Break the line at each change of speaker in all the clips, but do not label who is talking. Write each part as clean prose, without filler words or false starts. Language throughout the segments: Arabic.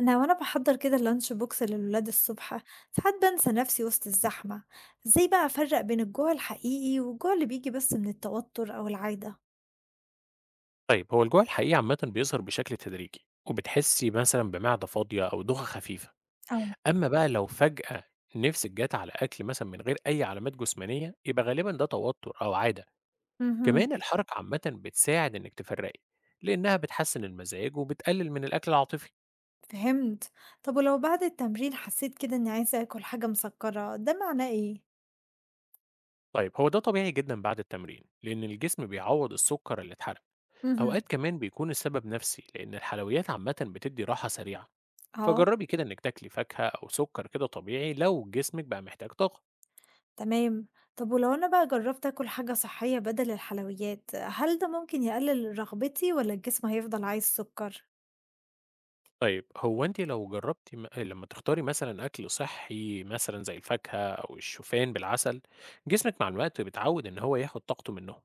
أنا بحضر كده اللانش بوكس للولاد الصبح. ساعات بنسى نفسي وسط الزحمة. ازاي بقى أفرق بين الجوع الحقيقي والجوع اللي بيجي بس من التوتر أو العادة؟
طيب هو الجوع الحقيقي عامة بيظهر بشكل تدريجي، وبتحسي مثلا بمعدة فاضية أو دوخة خفيفة.
أو.
أما بقى لو فجأة نفسك جت على أكل مثلا من غير أي علامات جسمانية، يبقى غالبا ده توتر أو عادة.
امم
كمان الحركة عامة بتساعد إنك تفرقي، لأنها بتحسن المزاج وبتقلل من الأكل العاطفي.
فهمت. طب ولو بعد التمرين حسيت كده إني عايزة أكل حاجة مسكرة ده معناه إيه؟
طيب هو ده طبيعي جدا بعد التمرين، لأن الجسم بيعوض السكر اللي اتحرق.
مهم.
أوقات كمان بيكون السبب نفسي، لأن الحلويات عامة بتدي راحة سريعة.
اه.
فجربي كده إنِك تاكلي فاكهة أو سكر، كده طبيعي لو جسمِك بقى محتاج طاقة.
تمام. طب ولو أنا بقى جربت أكل حاجة صحية بدل الحلويات هل ده ممكن يقلل رغبتي ولا الجسم هيفضل عايز سكر؟
طيب هو أنتِ لو جربتِ لمّا تختاري مثلًا أكل صحّي مثلًا زي الفاكهة أو الشوفان بالعسل، جسمِك مع الوقت بيتعود إن هو ياخد طاقته منهم.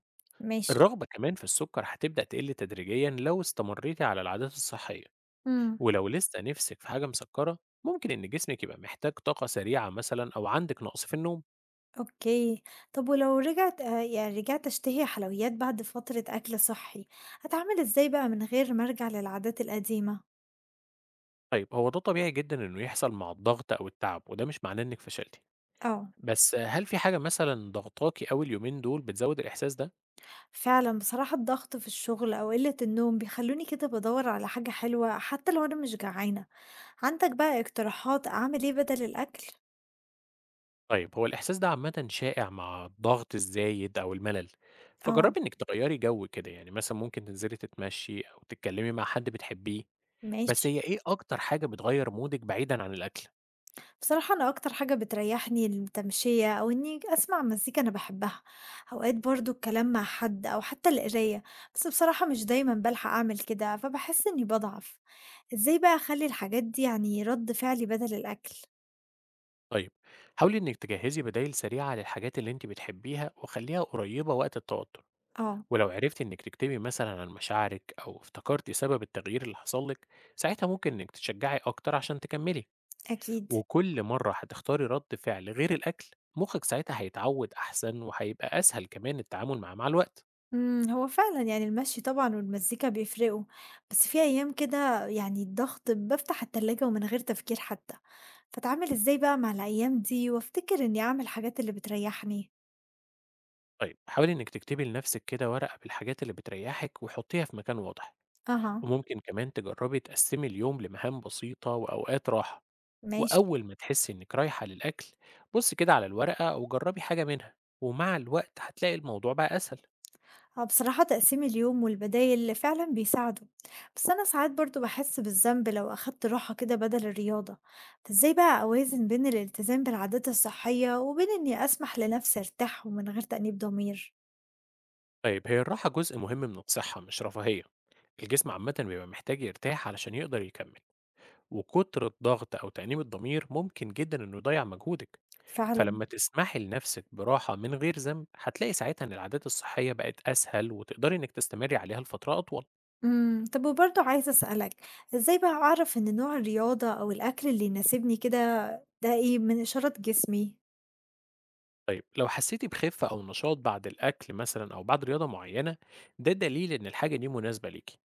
ماشي.
الرغبة كمان في السكر هتبدأ تقل تدريجيًا لو استمريتِ على العادات الصحية،
مم.
ولو لسه نِفْسِك في حاجة مسكرة ممكن إن جسمِك يبقى محتاج طاقة سريعة مثلًا أو عندِك نقص في النوم.
أوكي، طب ولو رجعت رجعت أشتهي حلويات بعد فترة أكل صحّي، أتعامل إزاي بقى من غير ما أرجع للعادات القديمة؟
طيب هو ده طبيعي جدًا إنه يحصل مع الضغط أو التعب، وده مش معناه إنِك فشلتِ.
آه،
بس هل في حاجة مثلًا ضاغطاكِ أوي اليومين دول بتزوّد الإحساس ده؟
فعلًا بصراحة الضغط في الشغل أو قلة النوم بيخلوني كده بادوّر على حاجة حلوة حتى لو أنا مش جعانة، عندك بقى اقتراحات أعمل إيه بدل الأكل؟
طيب هو الإحساس ده عامةً شائع مع الضغط الزايد أو الملل،
آه،
فجرّبي إنِّك تغيّري جو كده، يعني مثلًا ممكن تنزلي تتمشّي أو تتكلّمي مع حد بتحبّيه.
ماشي.
بس هي إيه أكتر حاجة بتغيّر مودِك بعيدًا عن الأكل؟
بصراحة أنا أكتر حاجة بتريحني التمشية أو إني أسمع مزيكا أنا بحبها. أوقات برضو الكلام مع حد أو حتى القراية، بس بصراحة مش دايما بلحق أعمل كده فبحس إني بضعف. إزاي بقى أخلي الحاجات دي يعني رد فعلي بدل الأكل؟
طيب حاولي إنِّك تجهّزي بدايل سريعة للحاجات اللي أنتِ بتحبّيها وخلّيها قريّبة وقت التوتر،
آه
ولو عرفتِ إنِّك تكتبي مثلًا عن مشاعرِك أو افتكرتِ سبب التغيير اللي حصل لِك، ساعتها ممكن إنِّك تتشجّعي أكتر عشان تكمّلي.
أكيد.
وكل مرة هتختاري رد فعل غير الأكل، مخك ساعتها هيتعود أحسن، وهيبقى أسهل كمان التعامل معاه مع الوقت.
مم، هو فعلا يعني المشي طبعا والمزيكا بيفرقوا، بس في أيام كده يعني الضغط بفتح التلاجة ومن غير تفكير حتى. فأتعامل إزاي بقى مع الأيام دي وأفتكر إني أعمل الحاجات اللي بتريحني؟
طيب حاولي إنك تكتبي لنفسك كده ورقة بالحاجات اللي بتريحك وحطيها في مكان واضح.
أها.
وممكن كمان تجربي تقسمي اليوم لمهام بسيطة وأوقات راحة.
ماشي.
وأول ما تحسي إنك رايحة للأكل، بصي كده على الورقة أو جربي حاجة منها، ومع الوقت هتلاقي الموضوع بقى أسهل.
هو بصراحة تقسيم اليوم والبدايل فعلا بيساعدوا، بس أنا ساعات برضو بحس بالذنب لو أخدت راحة كده بدل الرياضة. فإزاي بقى أوازن بين الالتزام بالعادات الصحية وبين إني أسمح لنفسي أرتاح ومن غير تأنيب ضمير؟
طيب هي الراحة جزء مهم من الصحة مش رفاهية. الجسم عامة بيبقى محتاج يرتاح علشان يقدر يكمل، وكتر الضغط أو تأنيب الضمير ممكن جدًا إنه يضيّع مجهودِك.
فعلا.
فلمّا تسمحي لنفسِك براحة من غير ذنب، هتلاقي ساعتها إن العادات الصحية بقت أسهل، وتقدري إنِّك تستمري عليها لفترة أطول.
طب وبرضو عايزة أسألك إزاي بقى أعرف إن نوع الرياضة أو الأكل اللي يناسبني كده ده إيه من إشارات جسمي؟
طيب لو حسيتِ بخِفة أو نشاط بعد الأكل مثلًا أو بعد رياضة معيّنة، ده دليل إن الحاجة دي مناسبة ليكِ.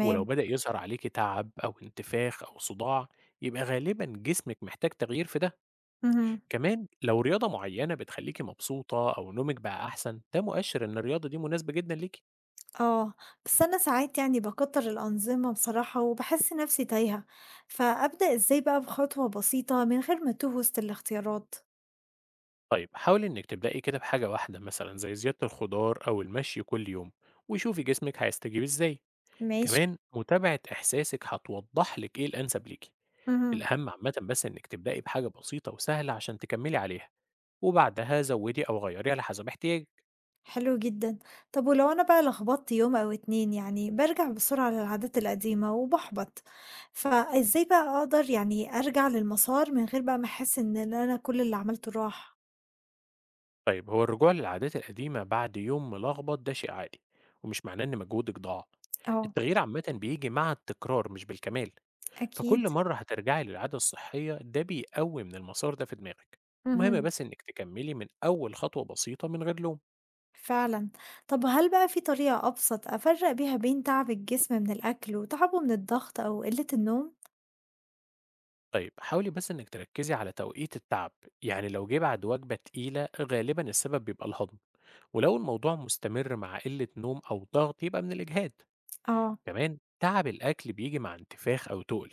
ولو بدأ يظهر عليكِ تعب أو انتفاخ أو صداع، يبقى غالبًا جسمِك محتاج تغيير في ده.
مهم.
كمان لو رياضة معيّنة بتخلّيكِ مبسوطة أو نومِك بقى أحسن، ده مؤشر إن الرياضة دي مناسبة جدًا ليكِ.
آه، بس أنا ساعات يعني باكتر الأنظمة بصراحة وباحس نفسي تايهة، فأبدأ إزاي بقى بخطوة بسيطة من غير ما أتوه وسط الاختيارات؟
طيب حاولي إنك تبدأي كده بحاجة واحدة مثلا زي زيادة الخضار أو المشي كل يوم، وشوفي جسمك هيستجيب إزاي.
ماشي.
كمان متابعة إحساسك هتوضح لك إيه الأنسب ليكي.
امم
الأهم عامة بس إنك تبدأي بحاجة بسيطة وسهلة عشان تكملي عليها، وبعدها زودي أو غيري على حسب احتياجك.
حلو جدا. طب ولو أنا بقى لخبطت يوم أو اتنين يعني برجع بسرعة للعادات القديمة وبحبط، فإزاي بقى أقدر يعني أرجع للمسار من غير بقى ما أحس إن أنا كل اللي عملته راح؟
طيب هو الرجوع للعادات القديمة بعد يوم ملخبط ده شيء عادي، ومش معناه إن مجهودك ضاع.
اه
التغيير عامة بيجي مع التكرار مش بالكمال.
أكيد.
فكل مرة هترجعي للعادة الصحية، ده بيقوي من المسار ده في دماغك. المهم
مهم.
بس إنك تكملي من أول خطوة بسيطة من غير لوم.
فعلًا. طب هل بقى في طريقة أبسط أفرّق بيها بين تعب الجسم من الأكل وتعبه من الضغط أو قلة النوم؟
طيب حاولي بس إنك تركزي على توقيت التعب، يعني لو جه بعد وجبة تقيلة غالبا السبب بيبقى الهضم، ولو الموضوع مستمر مع قلة نوم أو ضغط يبقى من الإجهاد.
آه،
كمان تعب الأكل بيجي مع انتفاخ أو تقل،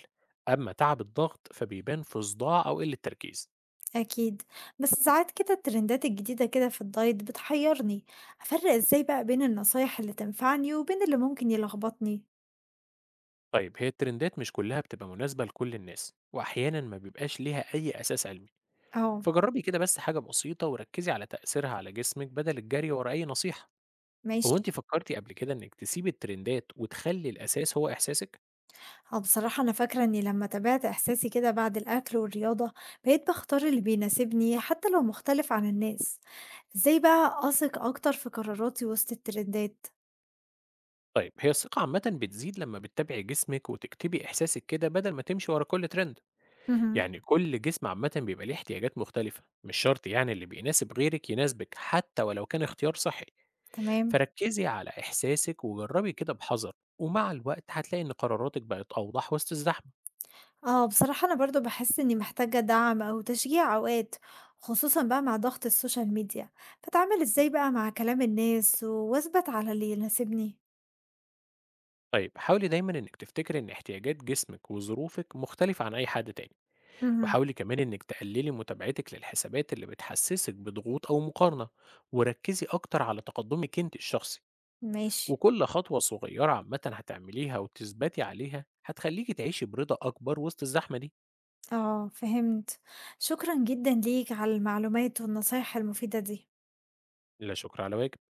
أما تعب الضغط فبيبان في صداع أو قلة تركيز.
أكيد. بس ساعات كده الترندات الجديدة كده في الدايت بتحيرني، أفرّق إزاي بقى بين النصايح اللي تنفعني وبين اللي ممكن يلخبطني؟
طيب هي الترندات مش كلها بتبقى مناسبة لكل الناس، وأحيانا ما بيبقاش ليها أي أساس علمي.
آه،
فجربي كده بس حاجة بسيطة وركزي على تأثيرها على جسمك بدل الجري ورا أي نصيحة.
ماشي.
هو أنت فكرتي قبل كده إنك تسيبي الترندات وتخلي الأساس هو إحساسك؟
آه، بصراحة أنا فاكرة إني لمّا تابعت إحساسي كده بعد الأكل والرياضة، بقيت باختار اللي بيناسبني حتى لو مختلف عن الناس. إزاي بقى أثق أكتر في قراراتي وسط الترندات؟
طيب هي الثقة عامة بتزيد لما بتتابعي جسمك وتكتبي إحساسك كده بدل ما تمشي ورا كل ترند.
اهم،
يعني كل جسم عامة بيبقى ليه احتياجات مختلفة، مش شرط يعني اللي بيناسب غيرك يناسبك حتى ولو كان اختيار صحي.
تمام.
فركزي على إحساسك وجربي كده بحذر، ومع الوقت هتلاقي إن قراراتك بقت أوضح وسط الزحمة.
آه، بصراحة أنا برضه باحس إني محتاجة دعم أو تشجيع أوقات، خصوصًا بقى مع ضغط السوشيال ميديا، فأتعامل إزاي بقى مع كلام الناس وأثبت على اللي يناسبني؟
طيب حاولي دايما انك تفتكري ان احتياجات جسمك وظروفك مختلفة عن اي حد تاني،
اهم،
وحاولي كمان انك تقللي متابعتك للحسابات اللي بتحسسك بضغوط او مقارنة، وركزي اكتر على تقدمك انت الشخصي.
ماشي،
وكل خطوة صغيرة عامة هتعمليها وتثبتي عليها هتخليكي تعيشي برضا اكبر وسط الزحمة دي.
آه، فهمت، شكرًا جدًا ليك على المعلومات والنصايح المفيدة دي.
لا شكر على واجب.